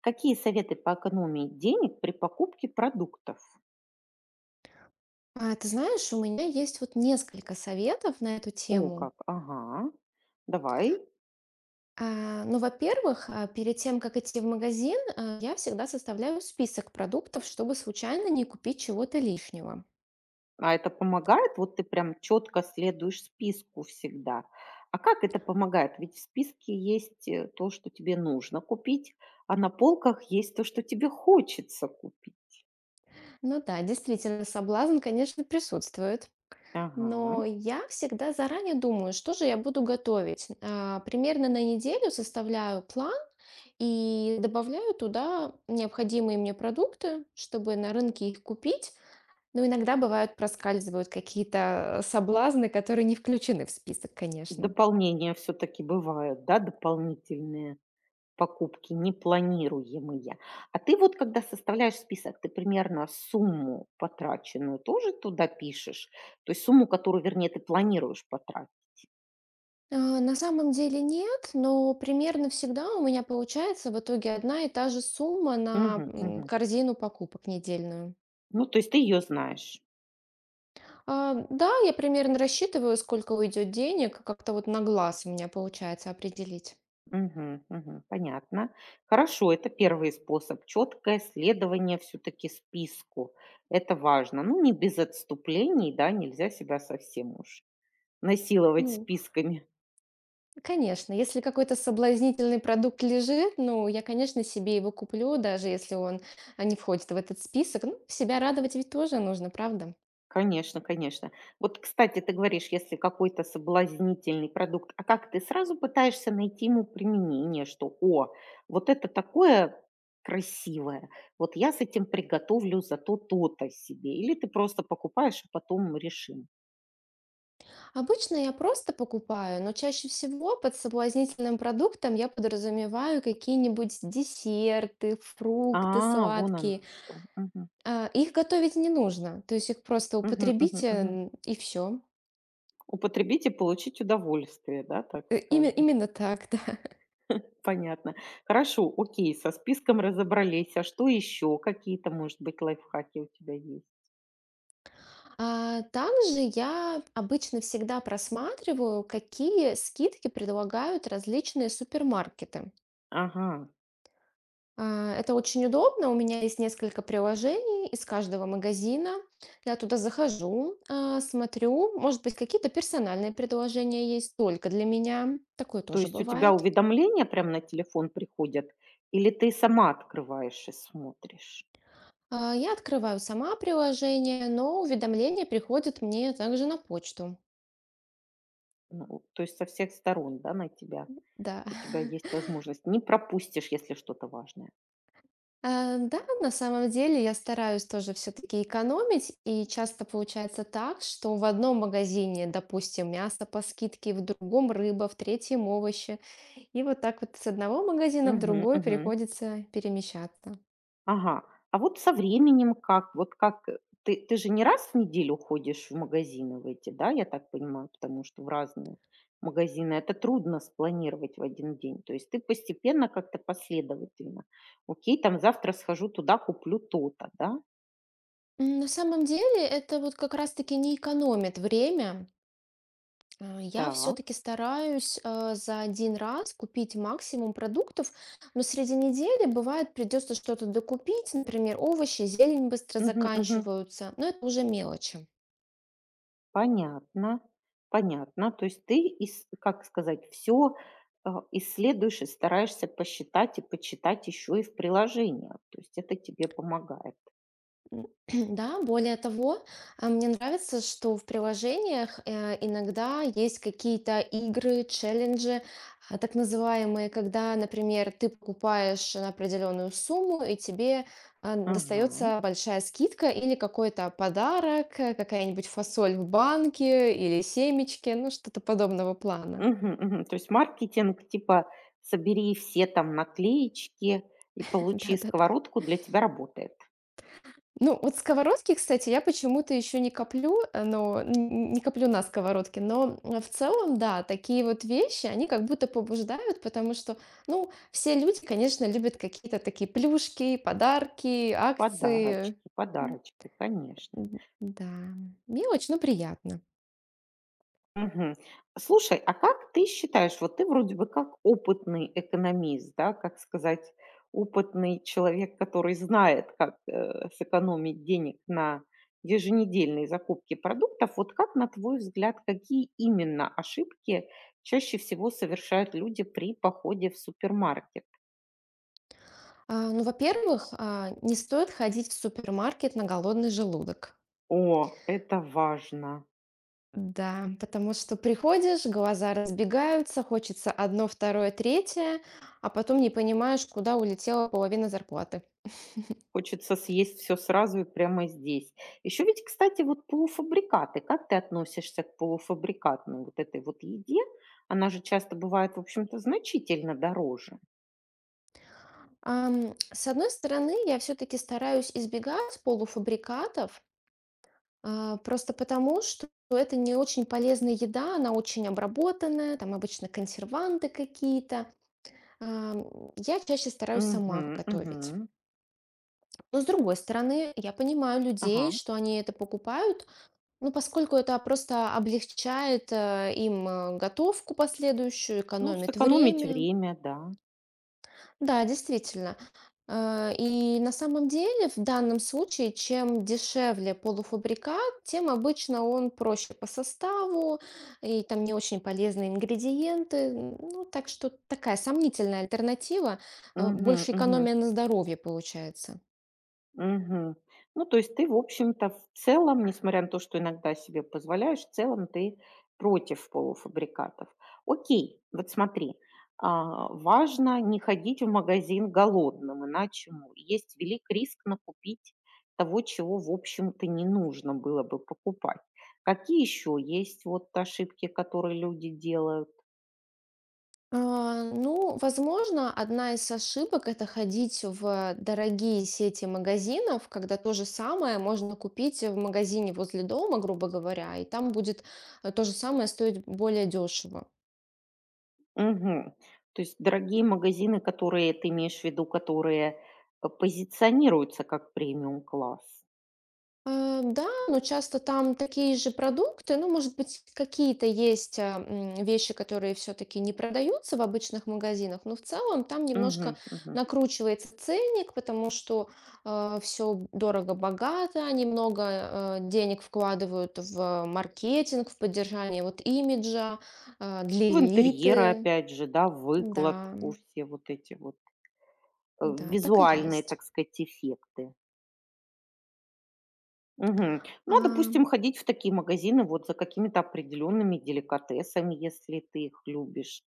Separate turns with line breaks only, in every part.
Какие советы по экономии денег при покупке продуктов?
Ты знаешь, у меня есть вот несколько советов на эту
О,
тему.
как, ага, давай.
Ну, во-первых, перед тем, как идти в магазин, я всегда составляю список продуктов, чтобы случайно не купить чего-то лишнего.
А это помогает? Вот ты прям четко следуешь списку всегда. А как это помогает? Ведь в списке есть то, что тебе нужно купить, а на полках есть то, что тебе хочется купить.
Ну да, действительно, соблазн, конечно, присутствует.
Ага.
Но я всегда заранее думаю, что же я буду готовить. Примерно на неделю составляю план и добавляю туда необходимые мне продукты, чтобы на рынке их купить. Ну, иногда бывают, проскальзывают какие-то, соблазны, которые не включены в список, конечно.
Дополнения все-таки бывают, да, дополнительные. Покупки непланируемые. А ты вот когда составляешь список, ты примерно сумму потраченную тоже туда пишешь? То есть сумму, которую, вернее, ты планируешь потратить?
На самом деле нет, но примерно всегда у меня получается в итоге одна и та же сумма на,
Мгм, мгм.
корзину покупок недельную.
Ну, то есть ты ее знаешь.
Да, я примерно рассчитываю, сколько уйдет денег, как-то вот на глаз у меня получается определить.
Мгм, мгм. Понятно. Хорошо, это первый способ. Четкое следование все-таки списку. Это важно. Ну, не без отступлений, да, нельзя себя совсем уж насиловать
Ну,
списками.
конечно, если какой-то соблазнительный продукт лежит, ну, я, конечно, себе его куплю, даже если он не входит в этот список. Ну, себя радовать ведь тоже нужно, правда?
Конечно, конечно. Вот, кстати, ты говоришь, если какой-то соблазнительный продукт, а как ты сразу пытаешься найти ему применение, что, о, вот это такое красивое, вот я с этим приготовлю зато то-то себе, или ты просто покупаешь, а потом решим.
Обычно я просто покупаю, но чаще всего под соблазнительным продуктом я подразумеваю какие-нибудь десерты,
А,
фрукты
вон оно
сладкие.
что. Мгм.
Их готовить не нужно, то есть их просто
Мгм, мгм,
употребите
мгм.
и все.
Употребить и получить удовольствие, да, так скажем.
Именно так, да.
Понятно. Хорошо, окей, со списком разобрались. А что еще? Какие-то, может быть, лайфхаки у тебя есть?
Также я обычно всегда просматриваю, какие скидки предлагают различные супермаркеты.
Ага.
Это очень удобно. У меня есть несколько приложений из каждого магазина. Я туда захожу, смотрю. Может быть, какие-то персональные предложения есть только для меня. Такое
То
тоже
есть у тебя
бывает.
уведомления прям на телефон приходят или ты сама открываешь и смотришь?
Я открываю сама приложение, но уведомление приходит мне также на почту.
Ну, то есть со всех сторон, да, на тебя.
Да.
У тебя есть возможность. Не пропустишь, если что-то важное.
Да, на самом деле я стараюсь тоже все-таки экономить, и часто получается так, что в одном магазине, допустим, мясо по скидке, в другом рыба, в третьем овощи, и вот так вот с одного магазина в
Мгм,
другой
мгм.
приходится перемещаться.
Ага. А вот со временем как? Вот как ты, ты же не раз в неделю ходишь в магазины в эти, да, я так понимаю, потому что в разные магазины. Это трудно спланировать в один день. То есть ты постепенно как-то последовательно. Окей, там завтра схожу туда, куплю то-то, да?
На самом деле это вот как раз-таки не экономит время. Я
Так.
все-таки стараюсь за один раз купить максимум продуктов, но среди недели бывает придется что-то докупить, например, овощи, зелень быстро
Мгм, мгм.
заканчиваются, но это уже мелочи.
Понятно. Понятно. То есть ты, как сказать, все исследуешь и стараешься посчитать и почитать еще и в приложениях. То есть это тебе помогает.
М, Да, более того, мне нравится, что в приложениях иногда есть какие-то игры, челленджи, так называемые, когда, например, ты покупаешь на определенную сумму, и тебе
Ага.
достается большая скидка или какой-то подарок, какая-нибудь фасоль в банке или семечки, ну что-то подобного плана.
Мгм, мгм. То есть маркетинг типа "собери все там наклеечки и получи
Да-да-да.
сковородку", для тебя работает.
Ну, вот сковородки, кстати, я почему-то еще не коплю, не коплю на сковородке, но в целом, да, такие вот вещи, они как будто побуждают, потому что, ну, все люди, конечно, любят какие-то такие плюшки, подарки, акции.
Подарочки,
М,
подарочки, конечно.
Да, мне очень ну, приятно.
Мгм. Слушай, а как ты считаешь, вот ты вроде бы как опытный экономист, да, как сказать, опытный человек, который знает, как сэкономить денег на еженедельные закупки продуктов, вот как, на твой взгляд, какие именно ошибки чаще всего совершают люди при походе в супермаркет?
Ну, во-первых, не стоит ходить в супермаркет на голодный желудок.
О, это важно.
Да, потому что приходишь, глаза разбегаются, хочется одно, второе, третье, а потом не понимаешь, куда улетела половина зарплаты.
Хочется съесть все сразу и прямо здесь. Еще, ведь, кстати, вот полуфабрикаты. Как ты относишься к полуфабрикатной вот этой вот еде? Она же часто бывает, в общем-то, значительно дороже.
С одной стороны, я все-таки стараюсь избегать полуфабрикатов, а просто потому, что это не очень полезная еда, она очень обработанная, там обычно консерванты какие-то. Я чаще стараюсь сама
Мгм,
готовить.
мгм.
Но с другой стороны, я понимаю
Ага.
людей, что они это покупают, ну, поскольку это просто облегчает, им, готовку последующую,
Ну,
экономит
сэкономить
время.
время, да.
Да, действительно. И на самом деле в данном случае, чем дешевле полуфабрикат, тем обычно он проще по составу, и там не очень полезные ингредиенты. Ну, так что такая сомнительная альтернатива.
Мгм,
Больше
мгм.
экономия на здоровье получается.
Мгм. Ну, то есть ты, в общем-то, в целом, несмотря на то, что иногда себе позволяешь, в целом ты против полуфабрикатов. Окей, вот смотри, а, важно не ходить в магазин голодным, иначе есть велик риск накупить того, чего, в общем-то, не нужно было бы покупать. Какие еще есть вот ошибки, которые люди делают?
Ну, возможно, одна из ошибок это ходить в дорогие сети магазинов, когда то же самое можно купить в магазине возле дома, грубо говоря, и там будет то же самое стоить более дешево.
Мгм. То есть дорогие магазины, которые ты имеешь в виду, которые, позиционируются как премиум класс.
Да, но часто там такие же продукты, ну, может быть, какие-то есть вещи, которые все-таки не продаются в обычных магазинах, но в целом там немножко
Мгм, мгм.
накручивается ценник, потому что все дорого-богато, они много денег вкладывают в маркетинг, в поддержание вот имиджа для
В интерьеры
элиты.
опять же, да, в
Да,
выкладку, все вот эти вот,
да, так и
визуальные,
есть.
так сказать, эффекты. Мгм. Ну, а,
А,
допустим, ходить в такие магазины вот за какими-то определенными деликатесами, если ты их любишь.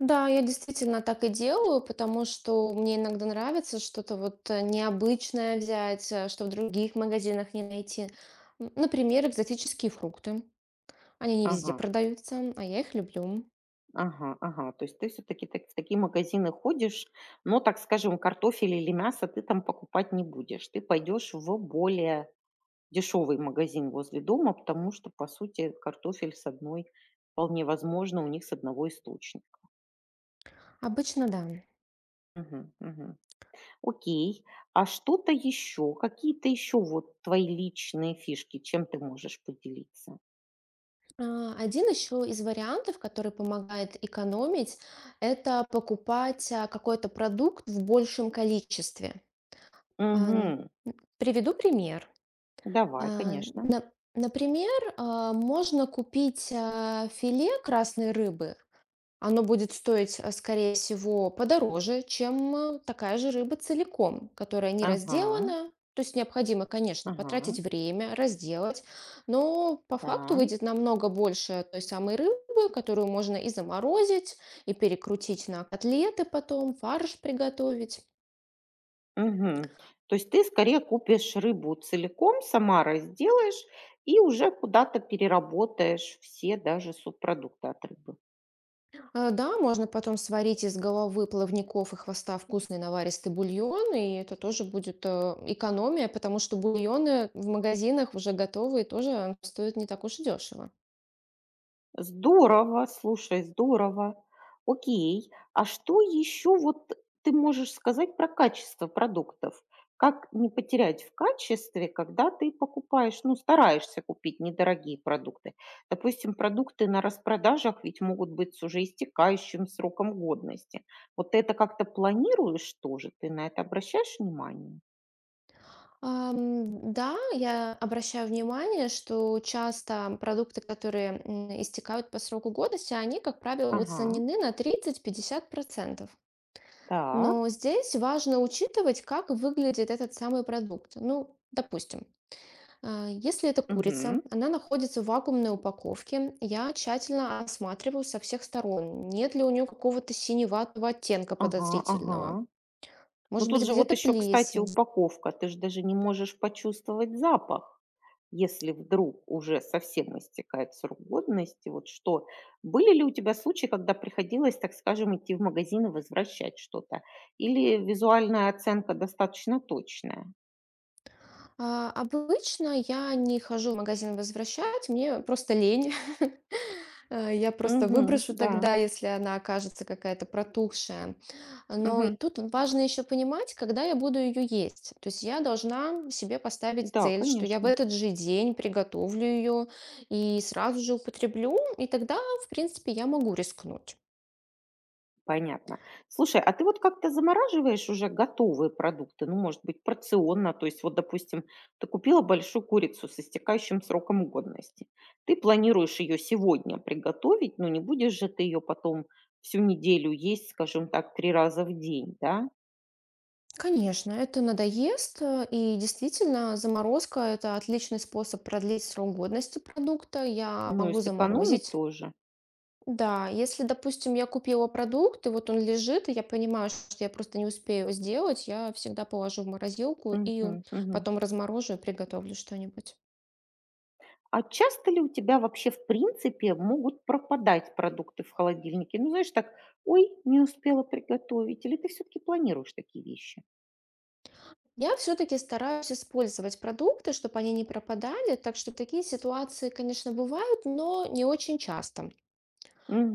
Да, я действительно так и делаю, потому что мне иногда нравится что-то вот необычное взять, что в других магазинах не найти. Например, экзотические фрукты. Они не везде
Ага.
продаются, а я их люблю.
Ага, ага. То есть ты все таки в такие магазины ходишь, но, так скажем, картофель или мясо ты там покупать не будешь. Ты пойдешь в более дешевый магазин возле дома, потому что, по сути, картофель с одной вполне возможно, у них с одного источника.
Обычно да.
Мгм, мгм. Окей. А что-то еще? Какие-то еще вот твои личные фишки? Чем ты можешь поделиться?
Один еще из вариантов, который помогает экономить, это покупать какой-то продукт в большем количестве. Ам,
Мгм.
Приведу пример.
Давай,
А,
конечно.
на- Например, можно купить филе красной рыбы. Оно будет стоить, скорее всего, подороже, чем такая же рыба целиком, которая не
Ага,
разделана. То есть необходимо, конечно,
ага,
потратить время, разделать, но по факту
да.
выйдет намного больше той самой рыбы, которую можно и заморозить, и перекрутить на котлеты потом, фарш приготовить.
Мгм. То есть ты скорее купишь рыбу целиком, сама разделаешь и уже куда-то переработаешь все даже субпродукты от рыбы.
Да, можно потом сварить из головы плавников и хвоста вкусный наваристый бульон, и это тоже будет экономия, потому что бульоны в магазинах уже готовые тоже стоят не так уж и дешево.
Здорово, слушай, здорово. Окей. А что еще вот ты можешь сказать про качество продуктов? Как не потерять в качестве, когда ты покупаешь, ну, стараешься купить недорогие продукты? Допустим, продукты на распродажах ведь могут быть с уже истекающим сроком годности. Вот ты это как-то планируешь тоже? Ты на это обращаешь внимание?
Да, я обращаю внимание, что часто продукты, которые истекают по сроку годности, они, как правило,
Ага,
уценены на 30-50%.
так,
Но здесь важно учитывать, как выглядит этот самый продукт. Ну, допустим, если это курица,
мгм,
она находится в вакуумной упаковке, я тщательно осматриваю со всех сторон, нет ли у нее какого-то синеватого оттенка
ага,
подозрительного.
ага. Но
Может быть,
тут же вот
где-то
еще, кстати,
плесень.
упаковка. Ты ж даже не можешь почувствовать запах, если вдруг уже совсем истекает срок годности. Вот что, были ли у тебя случаи, когда приходилось, так скажем, идти в магазин и возвращать что-то? Или визуальная оценка достаточно точная?
Обычно я не хожу в магазин возвращать, мне просто лень. Я просто
Угу,
выброшу
да.
тогда, если она окажется какая-то протухшая. Но и
Угу,
тут важно еще понимать, когда я буду ее есть. То есть я должна себе поставить
да,
цель, что я в
конечно.
этот же день приготовлю ее и сразу же употреблю, и тогда, в принципе, я могу рискнуть.
Понятно. Слушай, а ты вот как-то замораживаешь уже готовые продукты? Ну, может быть, порционно. То есть, вот, допустим, ты купила большую курицу с истекающим сроком годности. Ты планируешь ее сегодня приготовить, но не будешь же ты ее потом всю неделю есть, скажем так, 3 раза в день, да?
Конечно, это надоест, и действительно заморозка – это отличный способ продлить срок годности продукта. Я
Ну и
могу
сэкономить
заморозить.
тоже.
Да, если, допустим, я купила продукт, и вот он лежит, и я понимаю, что я просто не успею сделать, я всегда положу в морозилку и
Мгм, мгм.
потом разморожу и приготовлю что-нибудь.
А часто ли у тебя вообще в принципе могут пропадать продукты в холодильнике? Ну, знаешь, так, ой, не успела приготовить. Или ты все-таки планируешь такие вещи?
Я все-таки стараюсь использовать продукты, чтобы они не пропадали, так что такие ситуации, конечно, бывают, но не очень часто.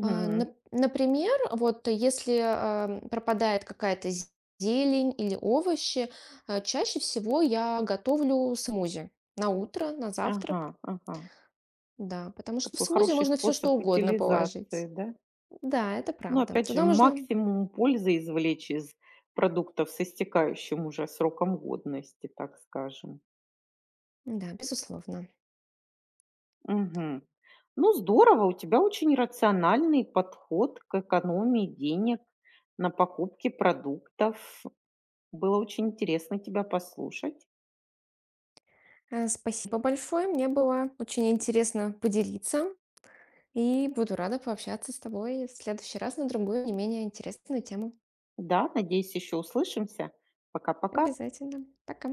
Например, вот если пропадает какая-то зелень или овощи, чаще всего я готовлю смузи на утро, на
Ага,
завтрак.
ага.
Да, потому что в
Такой
смузи
хороший
можно все
способ
что угодно
утилизации,
положить.
да?
Да, это
Но
правда.
опять же,
Туда можно,
максимум пользы извлечь из продуктов с истекающим уже сроком годности, так скажем.
да, безусловно.
Мгм. Ну, здорово, у тебя очень рациональный подход к экономии денег на покупке продуктов. Было очень интересно тебя послушать.
Спасибо большое, мне было очень интересно поделиться. И буду рада пообщаться с тобой в следующий раз на другую, не менее интересную тему.
Да, надеюсь, еще услышимся. Пока-пока.
Обязательно. Пока.